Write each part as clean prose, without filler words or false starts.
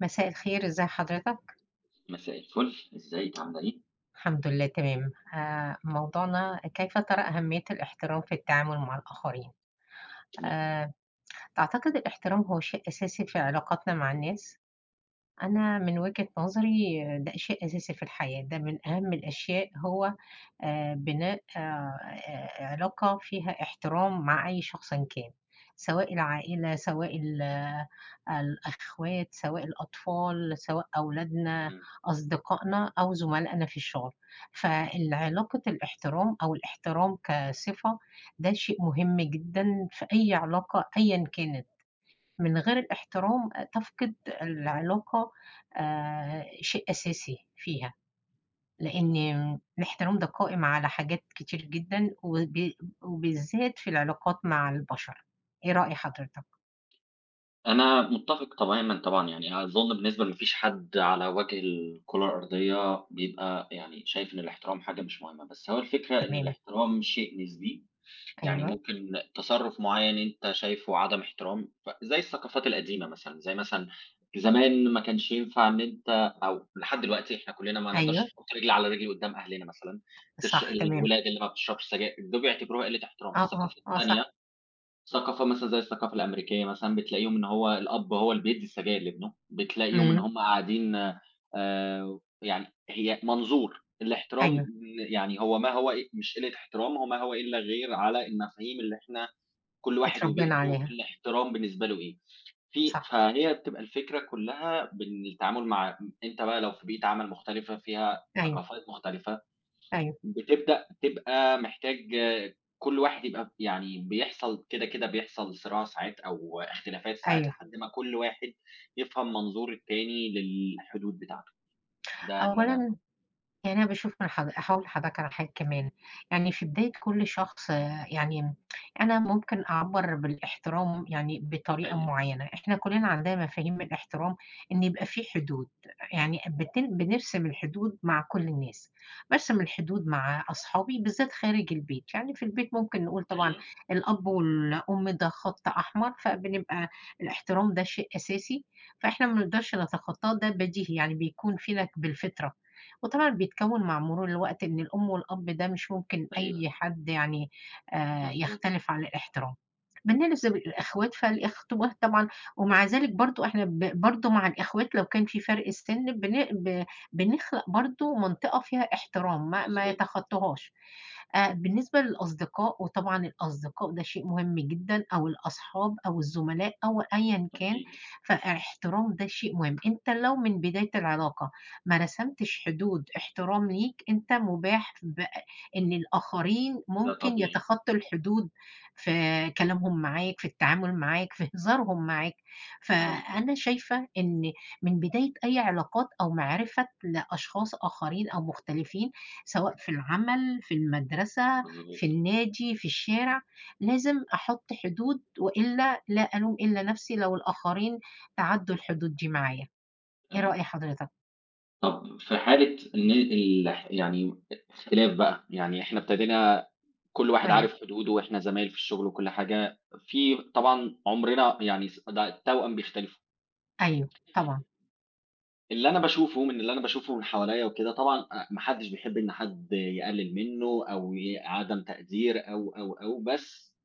مساء الخير، إزي حضرتك؟ مساء الفل، إزيِك عاملة إيه؟ الحمد لله تمام. موضوعنا كيف ترى أهمية الاحترام في التعامل مع الآخرين؟ تمام. آآ تعتقد الاحترام هو شيء أساسي في علاقاتنا مع الناس؟ أنا من وجهة نظري ده شيء أساسي في الحياة، ده من أهم الأشياء، هو بناء علاقة فيها احترام مع أي شخص إن كان، سواء العائلة، سواء الأخوات، سواء الأطفال، سواء أولادنا، إمم. أصدقائنا أو زملائنا في الشغل. فعلاقة الاحترام أو الاحترام كصفة ده شيء مهم جدا في أي علاقة أيا كانت. من غير الاحترام تفقد العلاقة شيء أساسي فيها، لأن الاحترام ده قائم على حاجات كتير جدا، وبالذات في العلاقات مع البشر. إيه رأي حضرتك؟ أنا متّفق تمامًا طبعًا، يعني أظُن بالنسبة لمافيش حد على وجه الكرة الأرضية بيبقى يعني شايف إن الاحترام حاجة مش مهمة، بس هو الفكرة إن تمام. الاحترام شيء نسبي. يعني أيوه. ممكن تصرُّف معيّن أنت شايفه عدم احترام، فزي الثقافات القديمة مثلًا، زي مثلًا زمان ما كانش ينفع إن أنت أو لحد دلوقتي إحنا كُلّنا ما أيوه نقدرش نحُط رجل على رجل قُدّام أهلنا مثلًا. صح تمام. الولاد اللي ما بتشربش سجاير، دول بيعتبروها قِلّة احترام. أه في أه ثقافات أه صح. تانية، ثقافة مثلًا زي الثقافة الأمريكية مثلًا، بتلاقيهم إن هو الأب هو اللي بيدّي السجاير لابنه، بتلاقيهم إن امم. هم قاعدين يعني هي منظور الاحترام. أيوه يعني هو ما هو مش قِلّة احترام، هو ما هو إلا غير على المفاهيم اللي إحنا كل واحد اتربينا وبيئته، عليها. الاحترام بالنسبة له إيه. صح. فهي بتبقى الفكرة كلّها بالتعامل مع أنت بقى لو في بيئة عمل مختلفة، فيها أيوه. ثقافات مختلفة، أيوه. بتبدأ تبقى محتاج كل واحد يبقى يعني بيحصل كده، كده بيحصل صراع ساعات أو اختلافات ساعات أيوه. لحد ما كل واحد يفهم منظور التاني للحدود بتاعته. ده اللي أنا. أولا، يعني أنا باشوف من حض هاقول لحضرتك على حاجة كمان، يعني في بداية كل شخص يعني أنا ممكن أعبّر بالاحترام يعني بطريقة أيوه، معيّنة. إحنا كلّنا عندنا مفاهيم الاحترام إن يبقى في حدود، يعني بنرسم الحدود مع كل الناس، بارسم الحدود مع أصحابي بالذات خارج البيت. يعني في البيت ممكن نقول طبعًا أيوه، الأب والأم ده خط أحمر، فبنبقى الاحترام ده شيء أساسي، فإحنا ما نقدرش نتخطاه، ده بديهي يعني بيكون فينا بالفطرة. وطبعًا بيتكوّن مع مرور الوقت إن الأم والأب ده مش ممكن أيوه، أي حد يعني مضبوط، يختلف عن الاحترام. بالنسبة للأخوات، فالأخوات طبعًا ومع ذلك برضه إحنا برضه مع الأخوات لو كان في فرق السِن، بن ب بنخلق برضه منطقة فيها احترام ما مضبوط، يتخطّوهاش. بالنسبة للأصدقاء، وطبعًا الأصدقاء ده شيء مهم جدًا، أو الأصحاب أو الزملاء أو أيًا كان، أكيد، فاحترام ده شيء مهم. أنت لو من بداية العلاقة ما رسمتش حدود احترام ليك، أنت مباح ب إن الآخرين ده ممكن طبيعي، يتخطّوا الحدود في كلامهم معاك، في التعامل معاك، في هزارهم معاك. مضبوط، فأنا شايفة إن من بداية أي علاقات أو معرفة لأشخاص آخرين أو مختلفين، سواء في العمل، في المدرسة، مضبوط، في النادي، في الشارع، لازم أحُط حدود، وإلا لا ألوم إلا نفسي لو الآخرين تعدّوا الحدود دي معايا. إيه تمام. رأي حضرتك؟ طب في حالة إن يعني اختلاف بقى، يعني إحنا ابتدينا كل واحد أيوه. عارف حدوده وإحنا زمايل في الشغل وكل حاجة، في طبعًا عمرنا يعني ده التوأم بيختلفوا. أيوه، طبعًا. اللي أنا باشوفه من حواليّا وكده طبعًا ما حدش بيحب إن حد يقلل منه أو عدم تقدير أو، بس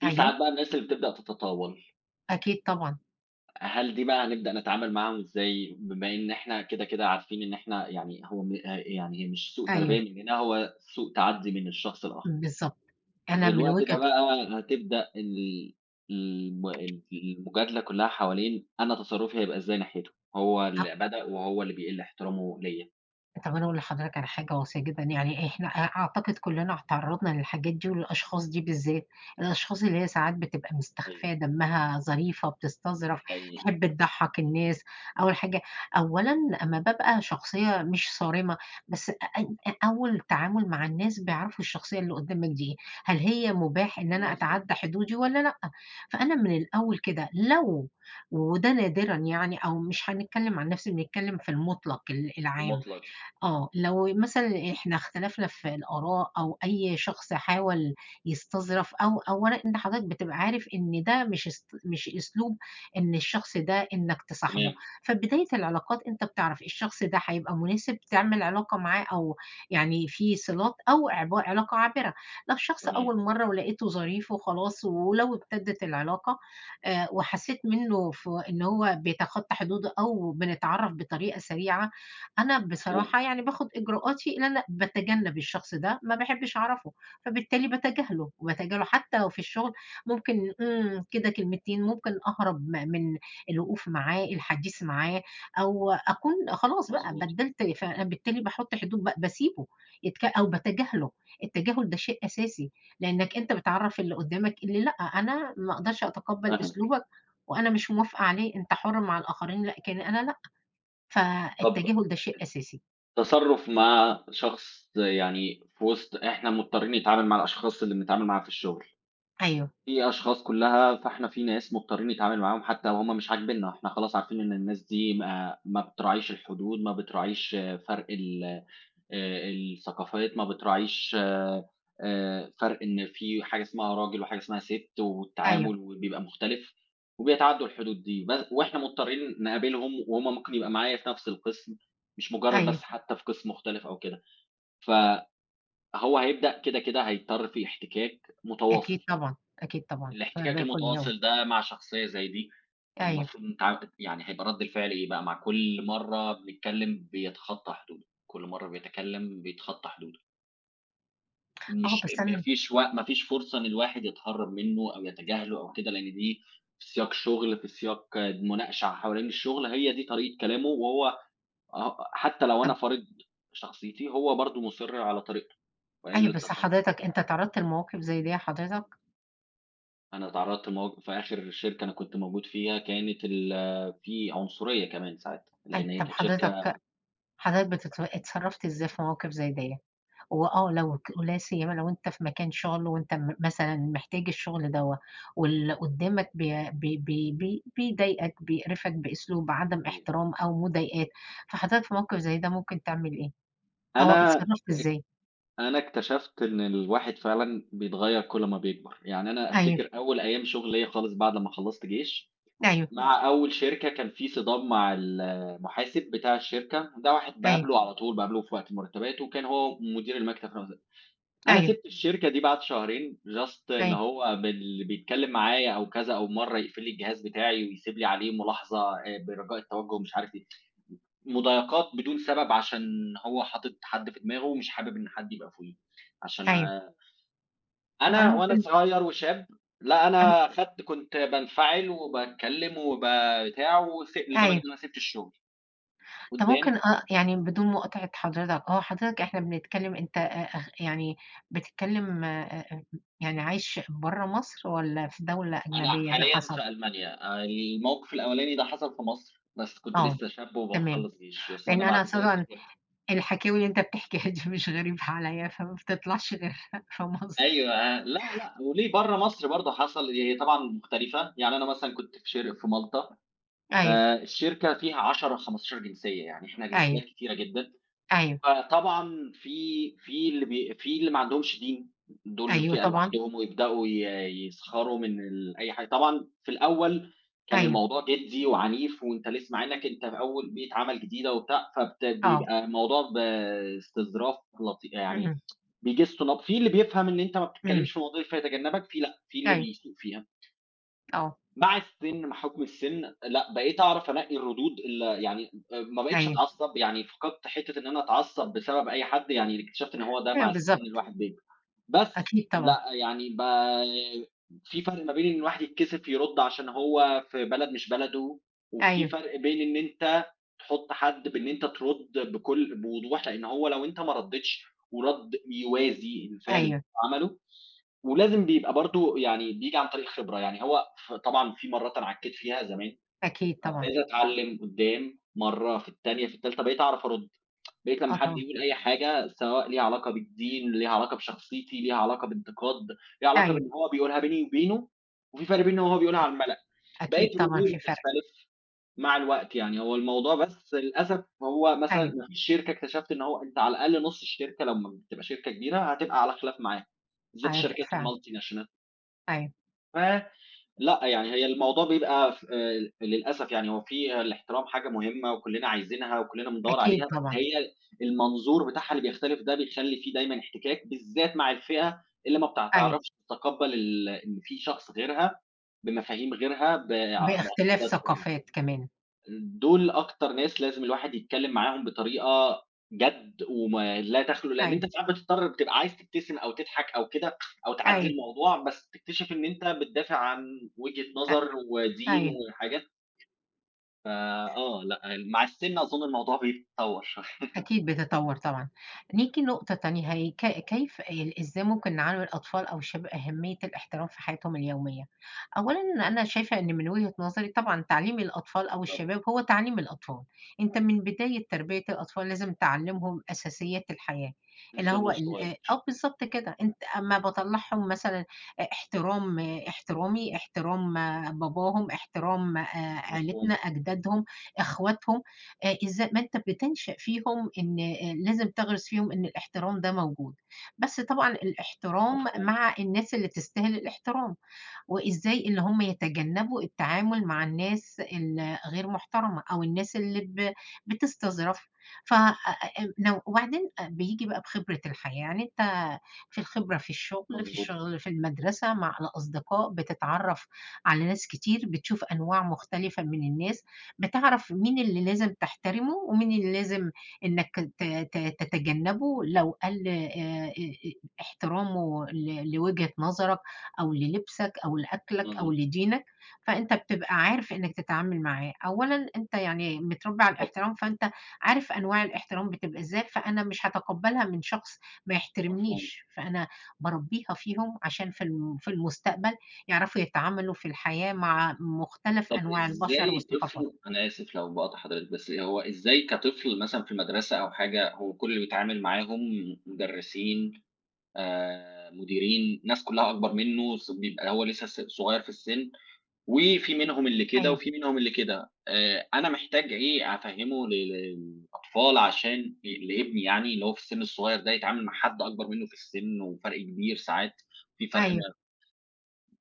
في أيوه، ساعات بقى الناس اللي بتبدأ تتطاول. أكيد طبعًا. هل دي بقى هنبدأ نتعامل معاهم إزاي؟ بما إن إحنا كده، كده عارفين إن إحنا يعني هو م يعني هي مش سوء تربية أيوه، مننا، هو سوء تعدي من الشخص الآخر. بالضبط. أنا في من الوقت ده وجهة بقى هتبدأ ال الم المجادلة كلّها حوالين أنا تصرُّفي هيبقى إزاي ناحيته، هو اللي بدأ وهو اللي بيقِل احترامه ليّا. طب أنا أقول لحضرتك على حاجة واقعية جدًا، يعني إحنا أعتقد كلّنا اتعرّضنا للحاجات دي وللأشخاص دي بالذات، الأشخاص اللي هي ساعات بتبقى مستخفية، أيوه، دمّها ظريفة، بتستظرف، حقيقي، تحب تضحّك الناس. أول حاجة أولًا أمّا بابقى شخصية مش صارمة، بس أ أ أول تعامل مع الناس بيعرفوا الشخصية اللي قدّامك دي إيه، هل هي مُباح إن أنا مضبوط، أتعدّى حدودي والّا لأ؟ فأنا من الأول كده، وده نادرًا، يعني أو مش هنتكلّم عن نَفْسي، بنتكلّم في المُطلق العام. المُطلق. آه، لو مثلًا إحنا اختلفنا في الآراء أو أي شخص حاول يستظرف، أو أولًا أنت حضرتك بتبقى عارف إن ده مش أسلوب إن الشخص ده إنك تصاحبه. تمام، فبداية العلاقات، أنت بتعرف الشخص ده هيبقى مناسب تعمل علاقة معاه، أو يعني في صِلات أو علاقة عابرة. لو الشخص تمام، أول مرّة ولقيته ظريف وخلاص، ولو ابتدت العلاقة وحسيت منّه إن هو بيتخطى حدوده أو بنتعرّف بطريقة سريعة، أنا مفهوم. بصراحة يعني باخد إجراءاتي إن أنا باتجنب الشخص ده، ما باحبش أعرفه. فبالتالي باتجاهله، باتجاهله حتى لو في الشغل، ممكن كده كلمتين، ممكن أهرب من الوقوف معاه، الحديث معاه، أو أكون خلاص بقى مضبوط، بدّلت. فبالتالي باحط حدود، باسيبه أو باتجاهله. التجاهل ده شيء أساسي، لإنك أنت بتعرّف اللي قدّامك اللي لأ، أنا ما أقدرش أتقبّل فاهمِك. أسلوبك وأنا مش موافقة عليه، أنت حُر مع الآخرين لكن أنا لأ. طَب فالتجاهل ده شيء أساسي. تصرُّف مع شخص يعني في وسط إحنا مضطرين نتعامل مع الأشخاص اللي بنتعامل معاها في الشغل. أيوه. في أشخاص كلّها، فإحنا في ناس مضطرين نتعامل معاهم حتى لو هم مش عاجبيننا، إحنا خلاص عارفين إن الناس دي ما بتراعيش الحدود، ما بتراعيش فرق ال الثقافات، ما بتراعيش فرق إن في حاجة اسمها راجل وحاجة اسمها ست أيوه. والتعامل وبيبقى مختلف، وبيتعدّوا الحدود دي، بس وإحنا مضطرين نقابلهم وهُم ممكن يبقى معايا في نفس القسم، مش مجرد أيوه. بس حتى في قسم مختلف أو كده. فهو هيبدأ كده، كده هيضطر في احتكاك أكيد متواصل. طبعًا. أكيد طبعًا، الاحتكاك فاهماه كل يوم. المتواصل ده مع شخصية زي دي، أيوه. المفروض يعني هيبقى رَد الفعل إيه بقى مع كل مرّة بنتكلّم بيتخطّى حدوده، كل مرّة بيتكلّم بيتخطّى حدوده. آه مش بس أنا. ما فيش فرصة إن الواحد يتهرّب منّه أو يتجاهله أو كده، لإن دي في سياق شُغل، في سياق مناقشة حوالين الشُغل، هي دي طريقة كلامه وهو حتّى لو أنا طَب فارض شخصيتي، هو برضه مُصِر على طريقته. فإيه أيوه، بس التصرُّف؟ حضرتك أنت اتعرّضت لمواقف زي ديّة حضرتك؟ أنا اتعرّضت في آخر شركة أنا كنت موجود فيها كانت في عنصرية كمان ساعتها، لإن أي هي طَب كانت شركة. حضرتك، حضرتك اتصرّفت إزاي في مواقف زي ديّة؟ لو ولا سيما لو أنت في مكان شغل، وأنت مثلًا محتاج الشغل دوّة، واللي قدّامك بي بيضايقك، بيقرفك بأسلوب عدم احترام أو مضايقات، فحضرتك في موقف زي ده ممكن تعمل إيه؟ آه، أنا اتصرّفت اك إزاي؟ أنا اكتشفت إن الواحد فعلًا بيتغيّر كل ما بيكبر. يعني أنا أيوه. أفتكر أول أيام شغل ليّا خالص بعد ما خلّصت جيش، أيوه. مع أول شركة كان في صدام مع المحاسب بتاع الشركة، ده واحد أيوه. باقابله على طول، باقابله في وقت مرتباته، وكان هو مدير المكتب في نفس. أنا أيوه. سِبت الشركة دي بعد شهرين just إن أيوه. هو بيتكلّم معايا أو كذا أو مرّة يقفل لي الجهاز بتاعي ويسيب لي عليه ملاحظة برجاء التوجُّه مش عارف إيه، مضايقات بدون سبب عشان هو حاطط حد في دماغه ومش حابب إن حد يبقى فوقيه، عشان أيوه. طَب أنا أنا وأنا ممكن. صغير وشاب. لأ أن. أنا خدت كنت بانفعل وباتكلّم بتاع لدرجة أيوه. إن أنا سِبت الشغل طَب قُدّام. ممكن يعني بدون مقاطعة حضرتك، هو حضرتك إحنا بنتكلم، أنت أخ يعني بتتكلم آآ يعني عايش برّه مصر والّا في دولة أنا أجنبية ده حاليًا حصل؟ في ألمانيا. الموقف الأولاني ده حصل في مصر، بس كنت آه، لسه شاب تمام. وباخلّص جيش، بس لإن أنا أنا بعد كده طبعًا سافرت. الحكاوي اللي أنت بتحكيها دي مش غريبة عليّا، فما بتطلعش غير في مصر. أيوه، آه، لأ، لأ، وليه برّه مصر برضه حصل هي طبعًا مختلفة. يعني أنا مثلًا كنت في مالطا. أيوه. الشركة فيها 10، 15 جنسية، يعني إحنا أيوه. جنسيات كتيرة جدًا. أيوه. فطبعًا في اللي في اللي ما عندهمش دين، دول أيوه فئة طبعًا. لوحدهم ويبدأوا يسخروا من أي حاجة. طبعًا في الأول كان أيوه. الموضوع جدي وعنيف وأنت لسه مع إنك أنت في أول بيئة عمل جديدة وبتاع، آه. بيبقى الموضوع باستظراف يعني اهم. بيجِسّوا في اللي بيفهم إن أنت ما إمم. بتتكلمش في المواضيع دي فيتجنبك، في لأ، في اللي أيوه. بيسيء فيها. آه. مع السِن، مع حُكم السِن، لأ بقيت أعرف أنقّي الردود يعني ما بقيتش أيوه. أتعصّب، يعني فقدت حتّة إن أنا أتعصّب بسبب أي حد. يعني اكتشفت إن هو ده أيوه مع السِن بالضبط. الواحد بس أكيد طبعًا. لأ، يعني في فرق ما بين إن الواحد يتكسف يرُد عشان هو في بلد مش بلده، وفي أيوه. فرق بين إن أنت تحُط حد بإن أنت ترُد بكل بوضوح، لإن هو لو أنت ما ردّيتش ورَد يوازي الفعل اللي أيوه. هو عمله، ولازم بيبقى برضه يعني بييجي عن طريق خبرة. يعني هو طبعًا في مرّات أنا عكّيت فيها زمان. أكيد طبعًا. فابتديت أتعلّم قُدّام، مرّة، في التانية، في التالتة، بقيت أعرف أرُد. بقيت آه لمّا حد طبعًا. يقول أي حاجة سواء ليها علاقة بالدين، ليها علاقة بشخصيتي، ليها علاقة بانتقاد، ليها علاقة أيوه. بإن هو بيقولها بيني وبينه، وفي فرق بين إن هو بيقولها على المَلأ. أكيد بقيت طبعًا في ردودي فرق. تختلف مع الوقت يعني. هو الموضوع بس للأسف هو مثلًا أيوه. ما فيش شركة اكتشفت إن هو أنت على الأقل نُص الشركة لمّا بتبقى شركة كبيرة هتبقى على خلاف معاها، بالذات أيوه الشركات فعلًا. الmulti national. أيوه. ف لأ، يعني هي الموضوع بيبقى ف للأسف، يعني هو في الاحترام حاجة مهمة وكُلّنا عايزينها وكُلّنا بندوّر أكيد عليها، بس طبعًا. هي المنظور بتاعها اللي بيختلف ده بيخلّي في دايمًا احتكاك، بالذات مع الفئة اللي ما أيوه. بتعرفش تتقبّل إن في شخص غيرها، بمفاهيم غيرها، باختلاف معتقدات غيرها. ثقافات كمان. دول أكتر ناس لازم الواحد يتكلّم معاهم بطريقة جَد وما لا تخلو لإن أيوه. أنت ساعات بتضطر بتبقى عايز تبتسم أو تضحك أو كده أو تعدّي أيوه. الموضوع، بس تكتشف إن أنت بتدافع عن وجهة أ نظر ودين أيوه. وحاجات. فآه، لأ، مع السِن أظن الموضوع بيتطوّر شوية. أكيد بتتطور طبعًا. نيجي لنقطة تانية، هي ك كيف ال إزاي ممكن نعلِّم الأطفال أو الشباب أهمية الاحترام في حياتهم اليومية؟ أولًا أنا شايفة إن من وجهة نظري طبعًا، تعليم الأطفال أو طبعًا، الشباب هو تعليم الأطفال. أنت من بداية تربية الأطفال لازم تعلِّمهم أساسيات الحياة، من اللي سِنّه هو ال الصغير، آه بالضبط كده. أنت أمّا باطلّعهم مثلًا، احترام احترامي، احترام باباهم، احترام عيلتنا، مفهوم، أجدادهم، إخواتهم، إزا ما أنت بتنشأ فيهم إن لازم تغرس فيهم إن الاحترام ده موجود، بس طبعًا الاحترام مفهوم، مع الناس اللي تستاهل الاحترام. وإزاي إن هم يتجنبوا التعامل مع الناس الغير محترمة أو الناس اللي بتستظرف. ف نو وبعدين بييجي بقى بخبرة الحياة. يعني أنت في مضبوط، الشغل، في المدرسة، مع الأصدقاء، بتتعرّف على ناس كتير، بتشوف أنواع مختلفة من الناس، بتعرف مين اللي لازم تحترمه ومين اللي لازم إنّك ت ت تتجنبه لو قل آآ احترامه لوجهة نظرك أو للبسك أو لأكلك أو مضبوط، لدينك، فأنت بتبقى عارف إنّك تتعامل معاه. أولًا أنت يعني متربّي على طب الاحترام، فأنت عارف أنواع الاحترام بتبقى إزاي، فأنا مش هاتقبّلها من شخص ما مفهوم. يحترمنيش. فأنا باربّيها فيهم عشان في المستقبل يعرفوا يتعاملوا في الحياة مع مختلف طب أنواع البشر إزاي والثقافات. طفل، أنا آسف لو باقاطع حضرتِك، بس هو إزاي كطفل مثلًا في المدرسة أو حاجة، هو كل اللي بيتعامل معاهم مدرسين، مديرين، ناس كلّها أكبر منه، بيبقى هو لسه صغير في السن، وفي منهم اللي كده أيوه. وفي منهم اللي كده. أنا محتاج إيه أفهّمه للأطفال عشان لابني يعني اللي هو في السن الصغير ده يتعامل مع حد أكبر منه في السن وفرق كبير ساعات، في فرق ما أيوه.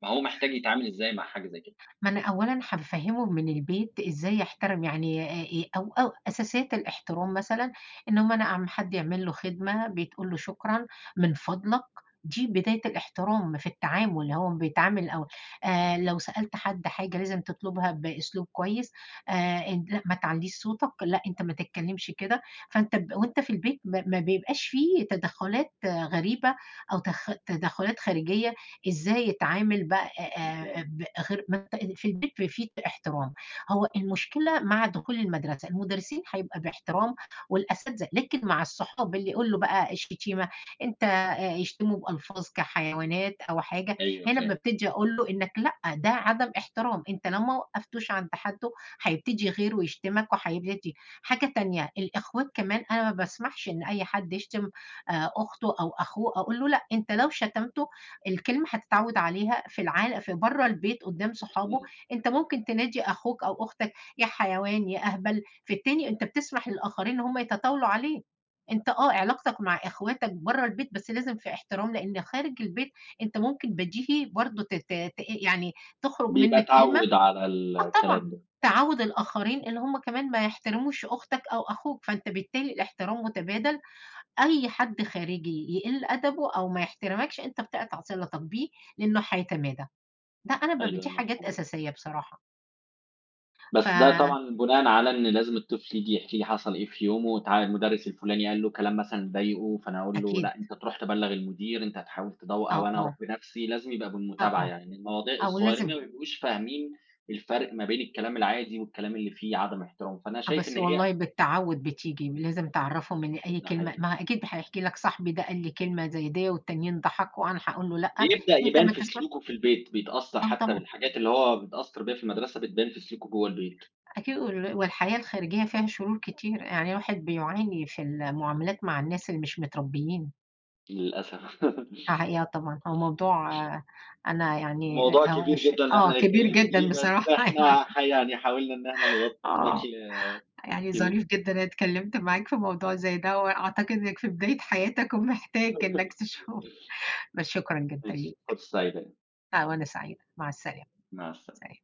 فهو محتاج يتعامل إزاي مع حاجة زي كده؟ ما أنا أولًا هافهّمه من البيت إزاي يحترم، يعني إيه أو أو أساسيات الاحترام مثلًا، إن هُم، أنا أمّا حد يعمل له خدمة بتقول له شكرًا، من فضلك. دي بداية الاحترام في التعامل. هو بيتعامل أو مفهوم، لو سألت حد حاجة لازم تطلبها بأسلوب كويس. آآ إن لأ ما تعلّيش صوتك، لأ أنت ما تتكلمش كده. فأنت وأنت في البيت ما بيبقاش في تدخلات غريبة أو تدخلات خارجية إزاي يتعامل بقى مفهوم، ب غير ما أنت في البيت في احترام. هو المشكلة مع دخول المدرسة، المدرسين هيبقى باحترام والأساتذة، لكن مع الصحاب اللي يقول له بقى الشتيمة، أنت يشتمه بألفاظ كحيوانات أو حاجة. أيوه هنا فاهم. بابتدي أقول له إنك لأ، ده عدم احترام. أنت لو ما وقفتوش عند حده، هيبتدي غيره يشتمك وهيبتدي حاجة تانية. الإخوات كمان، أنا ما باسمحش إن أي حد يشتم أخته أو أخوه. أقول له لأ، أنت لو شتمته الكلمة هتتعوّد عليها في برّه البيت قدّام صحابه. أنت ممكن تنادي أخوك أو أختك يا حيوان، يا أهبل، في التاني أنت بتسمح للآخرين إن هم يتطاولوا عليه. أنت علاقتك مع إخواتك برّه البيت بس لازم في احترام، لإن خارج البيت أنت ممكن بديهي برضه ت ت ت يعني تخرج بيبقى منّك كلمة. اتعوّد على آه طبعًا. الكلام ده. تعوّد الآخرين إن هم كمان ما يحترموش أختك أو أخوك، فأنت بالتالي الاحترام متبادل. أي حد خارجي يقِل أدبه أو ما يحترمكش، أنت بتقطع صِلتك بيه لإنه هيتمادى. ده أنا دي أيوه حاجات مفهوم، أساسية بصراحة. بس ده فأكيد. طبعًا بناءً على إن لازم الطفل ييجي يحكي لي حصل إيه في يومه، المدرس الفلاني قال له كلام مثلًا ضايقه، فأنا أقول له لأ أنت تروح تبلّغ المدير، أنت هتحاول آه. أو أنا أروح آه. بنفسي، لازم يبقى آه. بالمتابعة آه. يعني، المواضيع أو الصغيّرين لازم. ما بيبقوش فاهمين الفرق ما بين الكلام العادي والكلام اللي فيه عدم احترام، فأنا آه، شايف بس إن هي. والله بالتعوُّد بتيجي. لازم تعرّفهم إن أي ده كلمة، حقيقي، ما أكيد هيحكي لك صاحبي ده قال لي كلمة زي ديّة والتانيين ضحكوا، أنا هاقول له لأ، بيبدأ أنت يبان ما في تسمع. سلوكه في البيت، بيتأثّر آه حتى طبعًا. بالحاجات اللي هو بيتأثّر بيها في المدرسة بتبان في سلوكه جوّه البيت. أكيد، والحياة الخارجية فيها شرور كتير، يعني الواحد بيعاني في المعاملات مع الناس اللي مش متربيين. للأسف. حقيقة طبعًا. هو موضوع أنا يعني موضوع هو كبير ش جدًا اللي آه، إحنا كبير نتكلم فيه، جدًا بس بصراحة يعني إحنا يعني حاولنا إن إحنا نغطّي آه، بشكل يعني كبير. ظريف جدًا أنا اتكلمت معاك في موضوع زي ده، وأعتقد إنك في بداية حياتك ومحتاج إنك تشوف. بس شكرًا جدًا ماشي، ليك. فرصة سعيدة، آه، وأنا سعيدة. مع السلامة. مع السلامة. سلام.